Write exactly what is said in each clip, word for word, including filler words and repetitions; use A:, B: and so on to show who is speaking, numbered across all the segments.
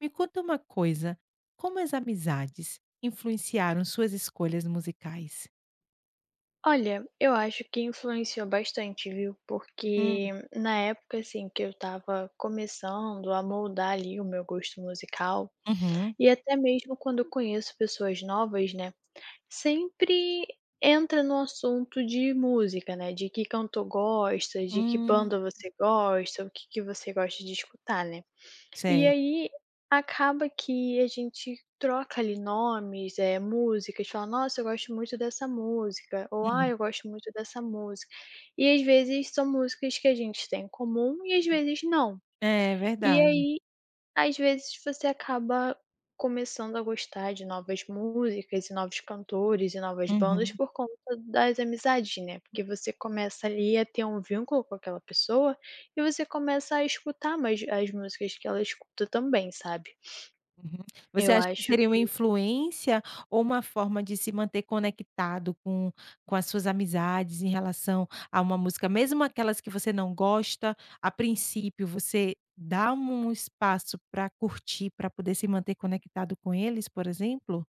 A: Me conta uma coisa, como as amizades influenciaram suas escolhas musicais?
B: Olha, eu acho que influenciou bastante, viu?
A: Hum.
B: Porque na época, assim, que eu estava começando a moldar ali o meu gosto musical,
A: Uhum.
B: e até mesmo quando eu conheço pessoas novas, né? Sempre entra no assunto de música, né? De que cantor gosta, de que
A: Hum.
B: banda você gosta, o que que você gosta de escutar, né? E
A: Certo.
B: aí, acaba que a gente troca ali nomes, é músicas, fala: "Nossa, eu gosto muito dessa música", ou "Ah,
A: Uhum.
B: eu gosto muito dessa música". E às vezes são músicas que a gente tem em comum e às vezes não.
A: É
B: E
A: verdade.
B: aí às vezes você acaba começando a gostar de novas músicas e novos cantores e novas bandas
A: Uhum,
B: por conta das amizades, né, porque você começa ali a ter um vínculo com aquela pessoa e você começa a escutar mais as músicas que ela escuta também, sabe.
A: uhum. Você
B: Eu
A: acha que
B: acho
A: seria uma
B: que
A: influência ou uma forma de se manter conectado com com as suas amizades em relação a uma música, mesmo aquelas que você não gosta, a princípio você dá um espaço para curtir, para poder se manter conectado com eles, por exemplo?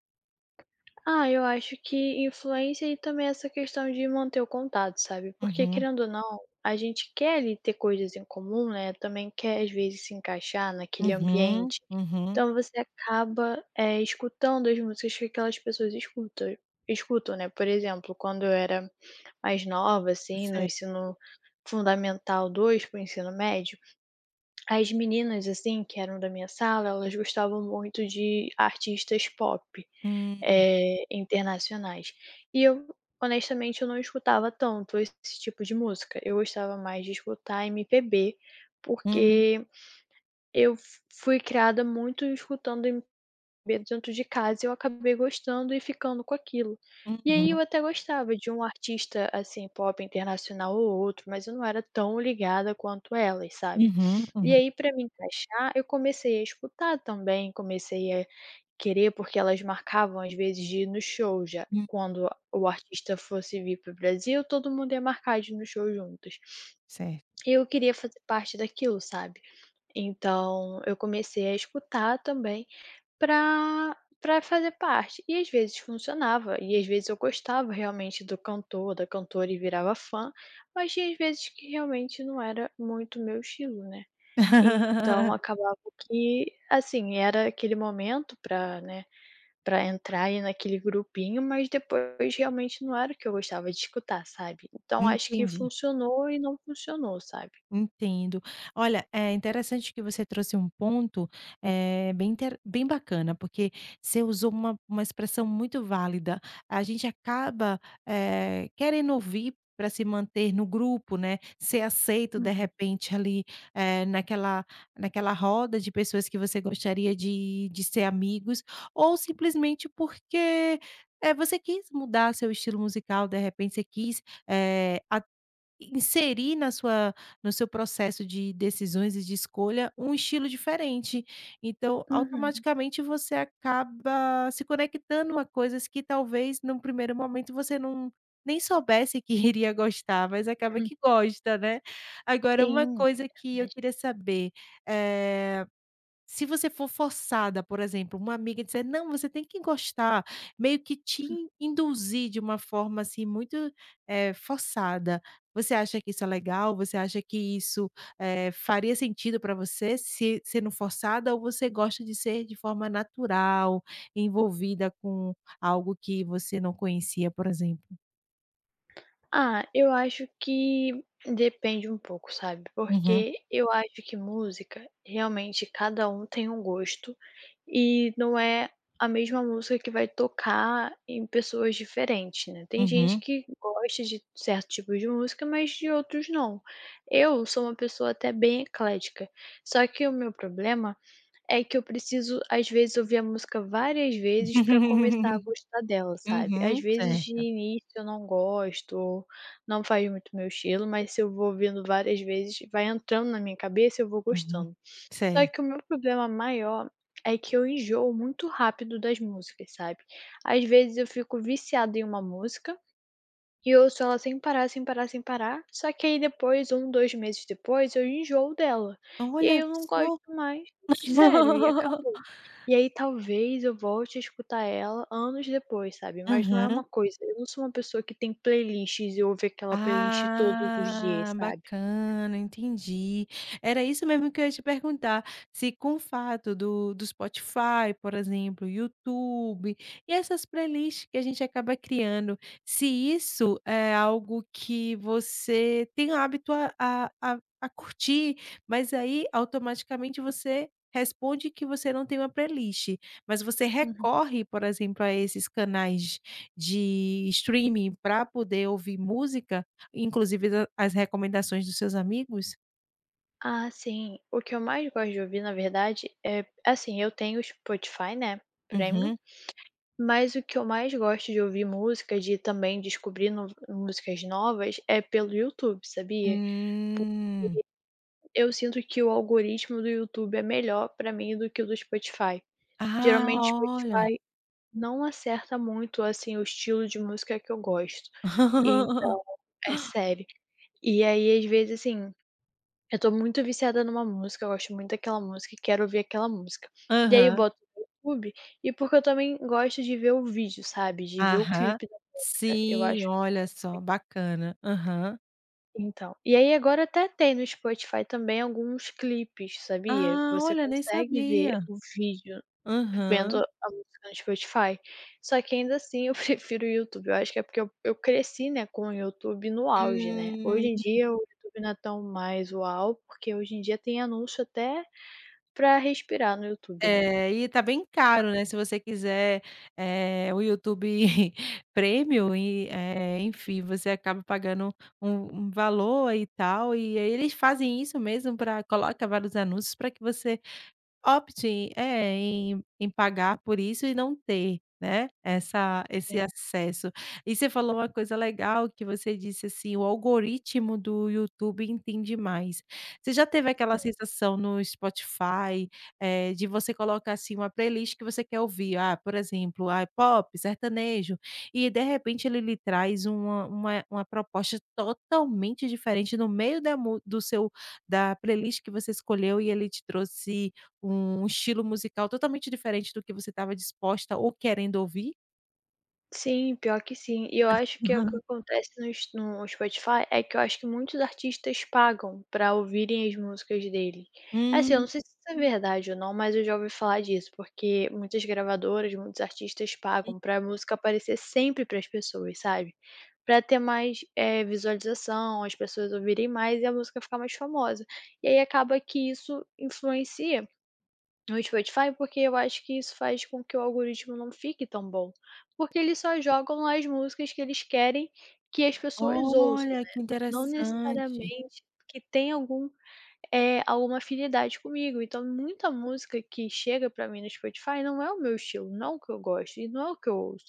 B: Ah, eu acho que influência e também essa questão de manter o contato, sabe? Porque querendo ou não, a gente quer ali ter coisas em comum, né, também quer às vezes se encaixar naquele
A: Uhum,
B: ambiente.
A: uhum.
B: Então você acaba, eh, escutando as músicas que aquelas pessoas escutam escutam, né. Por exemplo, quando eu era mais nova, assim, no
A: Certo.
B: ensino fundamental dois para o ensino médio, as meninas, assim, que eram da minha sala, elas gostavam muito de artistas pop.
A: Hum.
B: Eh, internacionais. E eu, honestamente, eu não escutava tanto esse tipo de música, eu gostava mais de escutar M P B,
A: Hum.
B: porque eu f fui criada muito escutando beber dentro de casa eu acabei gostando e ficando com aquilo. E aí
A: Uhum.
B: eu até gostava de um artista, assim, pop internacional ou outro, mas eu não era tão ligada quanto elas, sabe.
A: Uhum.
B: E
A: Uhum.
B: aí para me encaixar, eu comecei a escutar também, comecei a querer, porque elas marcavam às vezes de ir no show já.
A: Hum.
B: Quando o artista fosse vir para o Brasil, todo mundo ia marcar de ir no show juntos.
A: Certo.
B: E eu queria fazer parte daquilo, sabe. Então eu comecei a escutar também para para fazer parte. E às vezes funcionava, e às vezes eu gostava realmente do cantor, da cantora e virava fã, mas tinha às vezes que realmente não era muito meu estilo, né. Então acabava que, assim, era aquele momento para né, para entrar ali naquele grupinho, mas depois realmente não era o que eu gostava de escutar, sabe. Então acho que
A: Entendi.
B: funcionou e não funcionou, sabe.
A: Entendo. Olha, é interessante que você trouxe um ponto, eh, bem inter bem bacana, porque você usou uma uma expressão muito válida. A gente acaba, eh, querendo ouvir para se manter no grupo, né, ser aceito, de
B: Uhum,
A: repente, ali, eh, naquela naquela roda de pessoas que você gostaria de de ser amigos, ou simplesmente porque, é você quis mudar seu estilo musical, de repente você quis, eh inserir na sua no seu processo de decisões e de escolha um estilo diferente. Então,
B: uhum.
A: automaticamente você acaba se conectando a coisas que talvez num primeiro momento você não nem soubesse que iria gostar, mas acaba que gosta, né. Agora uma
B: Sim, é
A: coisa que eu
B: verdade.
A: queria saber, eh se você for forçada, por exemplo, uma amiga dizer: "Não, você tem que gostar", meio que te in induzir de uma forma, assim, muito, eh, forçada, você acha que isso é legal? Você acha que isso, eh, faria sentido para você se sendo forçada ou você gosta de ser de forma natural, envolvida com algo que você não conhecia, por exemplo?
B: Ah, eu acho que depende um pouco, sabe,
A: Uhum,
B: porque eu acho que música, realmente, cada um tem um gosto e não é a mesma música que vai tocar em pessoas diferentes, né. Tem gente
A: uhum.
B: que gosta de certo tipo de música, mas de outros não. Eu sou uma pessoa até bem eclética, só que o meu problema é que eu preciso, às vezes, ouvir a música várias vezes pra começar a gostar dela, sabe. Às
A: Uhum,
B: vezes, de
A: certo.
B: início, eu não gosto ou não faz muito meu estilo, mas se eu vou ouvindo várias vezes, vai entrando na minha cabeça e eu vou
A: Uhum,
B: gostando. Só que o
A: certo.
B: meu problema maior é que eu enjoo muito rápido das músicas, sabe. Às vezes eu fico viciada em uma música, e ouço ela sem parar, sem parar, sem parar, só que aí depois, um dois meses depois, eu enjoo dela. E aí
A: Olha
B: eu não gosto
A: só.
B: mais, e sério, e acabou. E aí talvez eu volte a escutar ela anos depois, sabe, mas não é
A: Uhum.
B: uma coisa eu não sou uma pessoa que tem playlists e ouve aquela playlist todos os dias,
A: Ah,
B: sabe.
A: bacana, entendi. Era isso mesmo que eu ia te perguntar, se com o fato do do Spotify, por exemplo, YouTube, e essas playlists que a gente acaba criando, se isso é algo que você tem o hábito a a a a curtir, mas aí automaticamente você responde que você não tem uma playlist, mas você
B: Uhum.
A: recorre, por exemplo, a esses canais de streaming para poder ouvir música? Inclusive da as recomendações dos seus amigos?
B: Ah, sim, o que eu mais gosto de ouvir, na verdade, é assim, eu tenho o Spotify, né, Premium.
A: Uhum.
B: Mas o que eu mais gosto de ouvir música, de também descobrir no músicas novas, é pelo YouTube, sabia? Pu
A: Hum.
B: Eu sinto que o algoritmo do YouTube é melhor pra mim do que o do Spotify.
A: Ah,
B: Geralmente,
A: olha.
B: Spotify não acerta muito, assim, o estilo de música que eu gosto. Então é sério. E aí, às vezes, assim eu tô muito viciada numa música, eu gosto muito daquela música e quero ouvir aquela música. E aí eu
A: Aham,
B: boto no YouTube, e porque eu também gosto de ver o vídeo, sabe, de ver o
A: aham.
B: clipe da música, eu
A: Sim,
B: acho isso
A: olha
B: muito
A: só,
B: legal.
A: bacana. Aham.
B: Então, e aí agora até tem no Spotify também alguns clipes, sabia?
A: Ah,
B: Você
A: olha, nem
B: consegue ver
A: sabia.
B: o vídeo vendo
A: Aham.
B: a música no Spotify. Só que ainda assim eu prefiro o YouTube, eu acho que é porque eu eu cresci, né, com o YouTube no auge, né. Hoje
A: Hum.
B: em dia o YouTube não é tão mais uau, porque hoje em dia tem anúncio até pra respirar no YouTube, né.
A: É, e tá bem caro, né, se você quiser, eh, o YouTube Premium e, eh, enfim, você acaba pagando um um valor e tal, e aí eles fazem isso mesmo para coloca vários anúncios para que você Opte é, em em pagar por isso e não ter, né, essa esse
B: Sim,
A: acesso. E você falou uma coisa legal que você disse assim: "O algoritmo do YouTube entende mais". Você já teve aquela sensação no Spotify, eh, de você colocar, assim, uma playlist que você quer ouvir? Ah, por exemplo, ah, pop, sertanejo, e de repente ele lhe traz uma uma uma proposta totalmente diferente no meio da mu do seu da playlist que você escolheu e ele te trouxe um estilo musical totalmente diferente do que você estava disposta ou querendo ouvir?
B: Sim, pior que sim. E eu acho que é o que acontece no s no Spotify é que eu acho que muitos artistas pagam pra ouvirem as músicas dele. Assim, eu não
A: Hum,
B: sei se isso é verdade ou não, mas eu já ouvi falar disso, porque muitas gravadoras, muitos artistas pagam pra música aparecer sempre para as pessoas, sabe. Pra ter mais, eh, visualização, as pessoas ouvirem mais e a música ficar mais famosa. E aí acaba que isso influencia no Spotify, porque eu acho que isso faz com que o algoritmo não fique tão bom, porque eles só jogam lá as músicas que eles querem que as pessoas ouçam,
A: olha
B: né,
A: que
B: não Uhum.
A: interessante,
B: necessariamente que tem algum, eh, alguma afinidade comigo. Então muita música que chega pra mim no Spotify não é o meu estilo, não é o que eu gosto e não é o que eu ouço.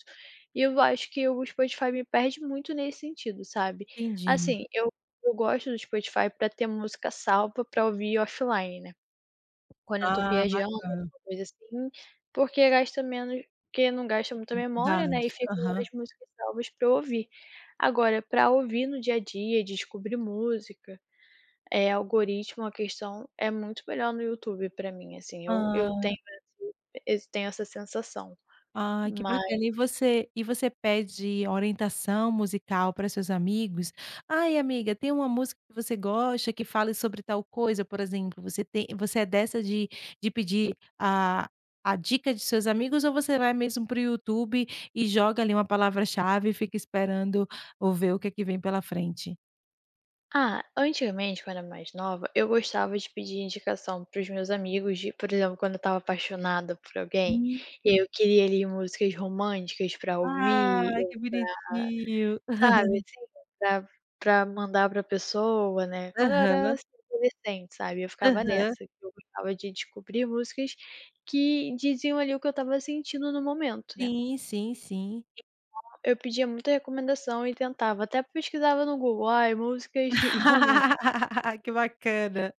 B: E eu acho que o Spotify me perde muito nesse sentido, sabe.
A: entendi.
B: Assim, eu eu gosto do Spotify pra ter música salva pra ouvir offline, né. Quando eu tô
A: Ah,
B: viajando,
A: bacana,
B: alguma coisa assim, porque gasta menos porque não gasta muita memória, né, e
A: dados,
B: ficam
A: aham.
B: as músicas salvas pra eu ouvir. Agora, pra ouvir no dia a dia, descobrir música, eh, algoritmo, a questão é muito melhor no YouTube pra mim, assim, eu eu
A: Hã.
B: tenho esse esse tenho essa sensação.
A: Ai, que
B: Mas
A: bacana. E você e você pede orientação musical para seus amigos? "Ai, amiga, tem uma música que você gosta que fale sobre tal coisa", por exemplo, você tem você é dessa de de pedir a a dica de seus amigos ou você vai mesmo para o YouTube e joga ali uma palavra-chave e fica esperando ou ver o que é que vem pela frente?
B: ah, antigamente, quando eu era mais nova, eu gostava de pedir indicação para os meus amigos de por exemplo, quando eu estava apaixonada por alguém,
A: Hum.
B: e aí eu queria ali músicas românticas pra ouvir.
A: Ai, que bonitinho.
B: Sabe, assim, pra pra mandar pra pessoa, né. Quando eu era,
A: Aham,
B: assim, adolescente, sabe, eu ficava
A: aham.
B: nessa, que eu gostava de descobrir músicas que diziam ali o que eu estava sentindo no momento, né.
A: Sim, sim, sim.
B: Eu pedia muita recomendação e tentava até pesquisava no Google, ai, músicas românticas,
A: Que bacana.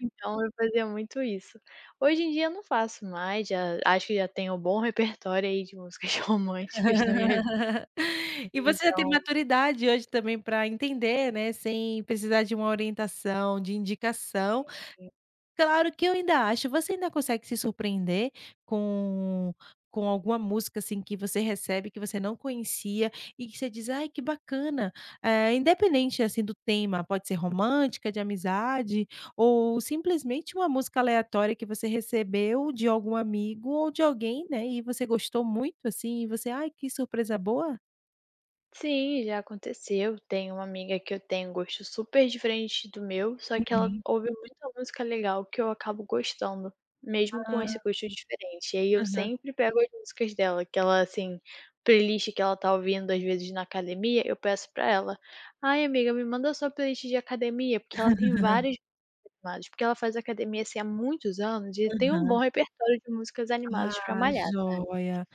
B: então eu fazia muito isso. Hoje em dia eu não faço mais, já acho que já tenho um bom repertório aí de músicas românticas na minha vida,
A: E você já tem
B: então
A: maturidade hoje também para entender, né, sem precisar de uma orientação, de indicação, claro que eu ainda acho. Você ainda consegue se surpreender com com alguma música, assim, que você recebe, que você não conhecia e que você diz: "Ai, que bacana". Eh, independente, assim, do tema, pode ser romântica, de amizade ou simplesmente uma música aleatória que você recebeu de algum amigo ou de alguém, né, e você gostou muito, assim, e você: "Ai, que surpresa boa".
B: Sim, já aconteceu. Tem uma amiga que eu tenho um gosto super diferente do meu, só que ela
A: Uhum.
B: ouve muita música legal que eu acabo gostando, mesmo com esse
A: Ah,
B: gosto diferente. E aí eu
A: aham,
B: sempre pego as músicas dela, que ela, assim, playlist que ela tá ouvindo às vezes na academia, eu peço pra ela: "Ai, amiga, me manda a sua playlist de academia", porque ela tem
A: aham,
B: várias animadas, porque ela faz academia, assim, há muitos anos e tem um bom
A: aham.
B: repertório de músicas animadas pra
A: Ah,
B: malhar, sabe.
A: joia.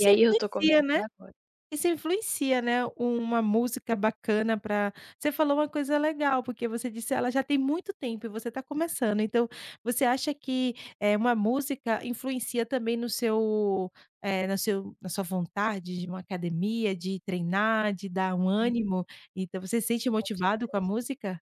B: E aí eu tô
A: influencia,
B: começando
A: né?
B: agora,
A: Isso influencia, né, uma música bacana para você falou uma coisa legal, porque você disse: "Ela já tem muito tempo e você está começando". Então, você acha que, é uma música influencia também no seu, eh, na seu na sua vontade de uma academia, de treinar, de dar um ânimo? Então você se sente motivado com a música?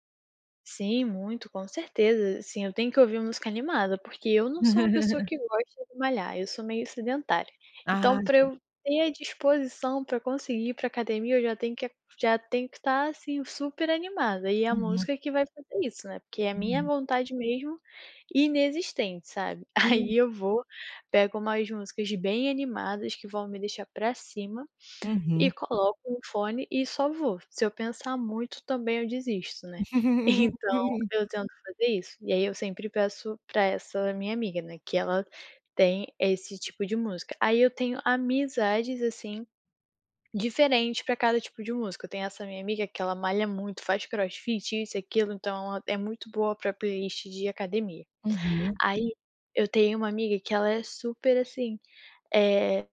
B: Sim, muito, com certeza. Sim, eu tenho que ouvir música animada, porque eu não sou uma pessoa que gosta de malhar, eu sou meio sedentária. Então,
A: Ah,
B: para
A: ju
B: eu ter a disposição para conseguir ir para academia, eu já tenho que já tenho que estar, assim, super animada. E é a
A: uhum,
B: música que vai fazer isso, né, porque é a minha
A: uhum.
B: vontade mesmo inexistente, sabe. Aí
A: Hum,
B: eu vou, pego umas músicas bem animadas que vão me deixar para cima e
A: uhum.
B: coloco um fone e só vou. Se eu pensar muito também eu desisto, né. Então eu tento fazer isso. E aí eu sempre peço pra essa minha amiga, né, que ela tem esse tipo de música. Aí eu tenho amizades, assim, diferente pra cada tipo de música. Eu tenho essa minha amiga que ela malha muito, faz crossfit, isso e aquilo, então ela é muito boa pra playlist de academia.
A: Uhum.
B: Aí eu tenho uma amiga que ela é super, assim, eh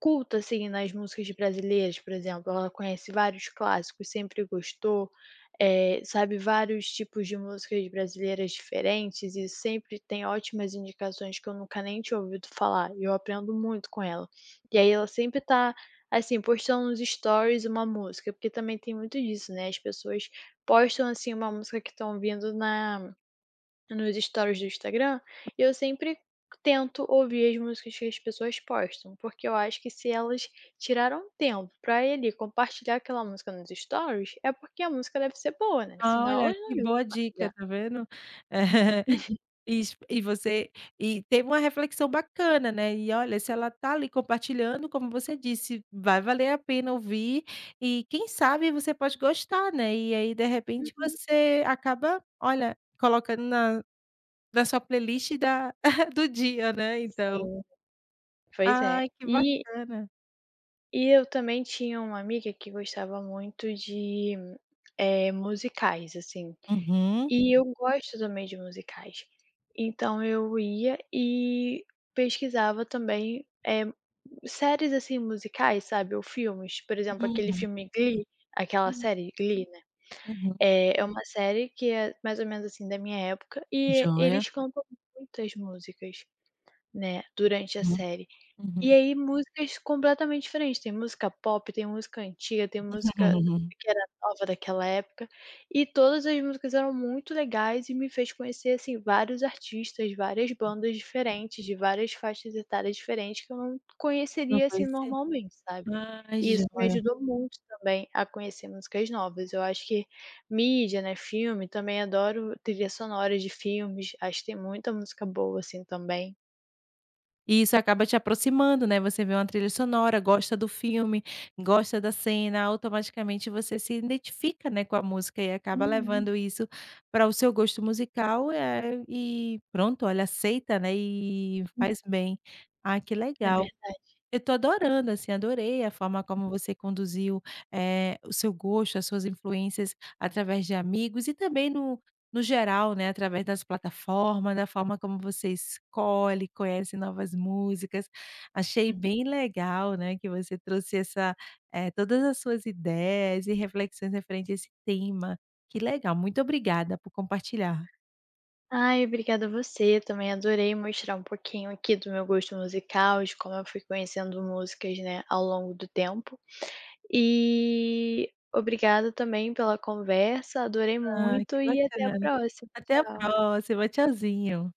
B: culta, assim, nas músicas brasileiras, por exemplo, ela conhece vários clássicos, sempre gostou, eh, sabe vários tipos de músicas brasileiras diferentes e sempre tem ótimas indicações que eu nunca nem tinha ouvido falar, e eu aprendo muito com ela. E aí ela sempre tá, assim, postando nos stories uma música, porque também tem muito disso, né, as pessoas postam, assim, uma música que estão ouvindo na nos stories do Instagram, eu sempre tento ouvir as músicas que as pessoas postam, porque eu acho que se elas tiraram tempo pra ir ali compartilhar aquela música nos stories, é porque a música deve ser boa, né,
A: Ah,
B: senão
A: olha,
B: elas não
A: que
B: Sim. iam
A: boa dica,
B: compartilhar.
A: tá vendo? Isso, e você e teve uma reflexão bacana, né, e olha, se ela tá ali compartilhando, como você disse, vai valer a pena ouvir e quem sabe você pode gostar, né, e aí de repente
B: Uhum.
A: você acaba, olha, colocando na na sua playlist da do dia, né, então.
B: Sim, pois é.
A: Ai, que
B: E
A: bacana.
B: e eu também tinha uma amiga que gostava muito de, eh, musicais, assim,
A: Uhum,
B: e eu gosto também de musicais. Então eu ia e pesquisava também, eh, séries, assim, musicais, sabe, ou filmes, por exemplo, aquele
A: uhum,
B: filme Glee, aquela
A: uhum.
B: série Glee, né,
A: Uhum.
B: é é uma série que é mais ou menos, assim, da minha época, e
A: Joia.
B: eles cantam muitas músicas, né, durante a
A: Uhum,
B: série. E
A: uhum.
B: aí músicas completamente diferentes, tem música pop, tem música antiga, tem música que era nova daquela época, e todas as músicas eram muito legais e me fez conhecer, assim, vários artistas, várias bandas diferentes, de várias faixas etárias diferentes que eu não
A: Não
B: conheceria, assim,
A: conheci.
B: normalmente, sabe.
A: Ai,
B: E isso me
A: joia.
B: ajudou muito também a conhecer músicas novas. Eu acho que mídia, né, filme, também adoro trilhas sonoras de filmes, acho que tem muita música boa, assim, também.
A: E isso acaba te aproximando, né, você vê uma trilha sonora, gosta do filme, gosta da cena, automaticamente você se identifica, né, com a música e acaba
B: Uhum.
A: levando isso para o seu gosto musical, eh, e pronto, olha aceita, né, e faz bem. Ah, que
B: É
A: legal.
B: verdade.
A: Eu tô adorando, assim, adorei a forma como você conduziu, eh, o seu gosto, as suas influências através de amigos e também no no geral, né, através das plataformas, da forma como você escolhe, conhece novas músicas. Achei bem legal, né, que você trouxe essa, eh, todas as suas ideias e reflexões referente a esse tema. Que legal, muito obrigada por compartilhar.
B: Ai, obrigada a você. Também adorei mostrar um pouquinho aqui do meu gosto musical, de como eu fui conhecendo músicas, né, ao longo do tempo. E obrigada também pela conversa, adorei
A: Ah, que
B: muito e até a
A: bacana.
B: próxima.
A: Até a
B: Tchau.
A: próxima, tchauzinho.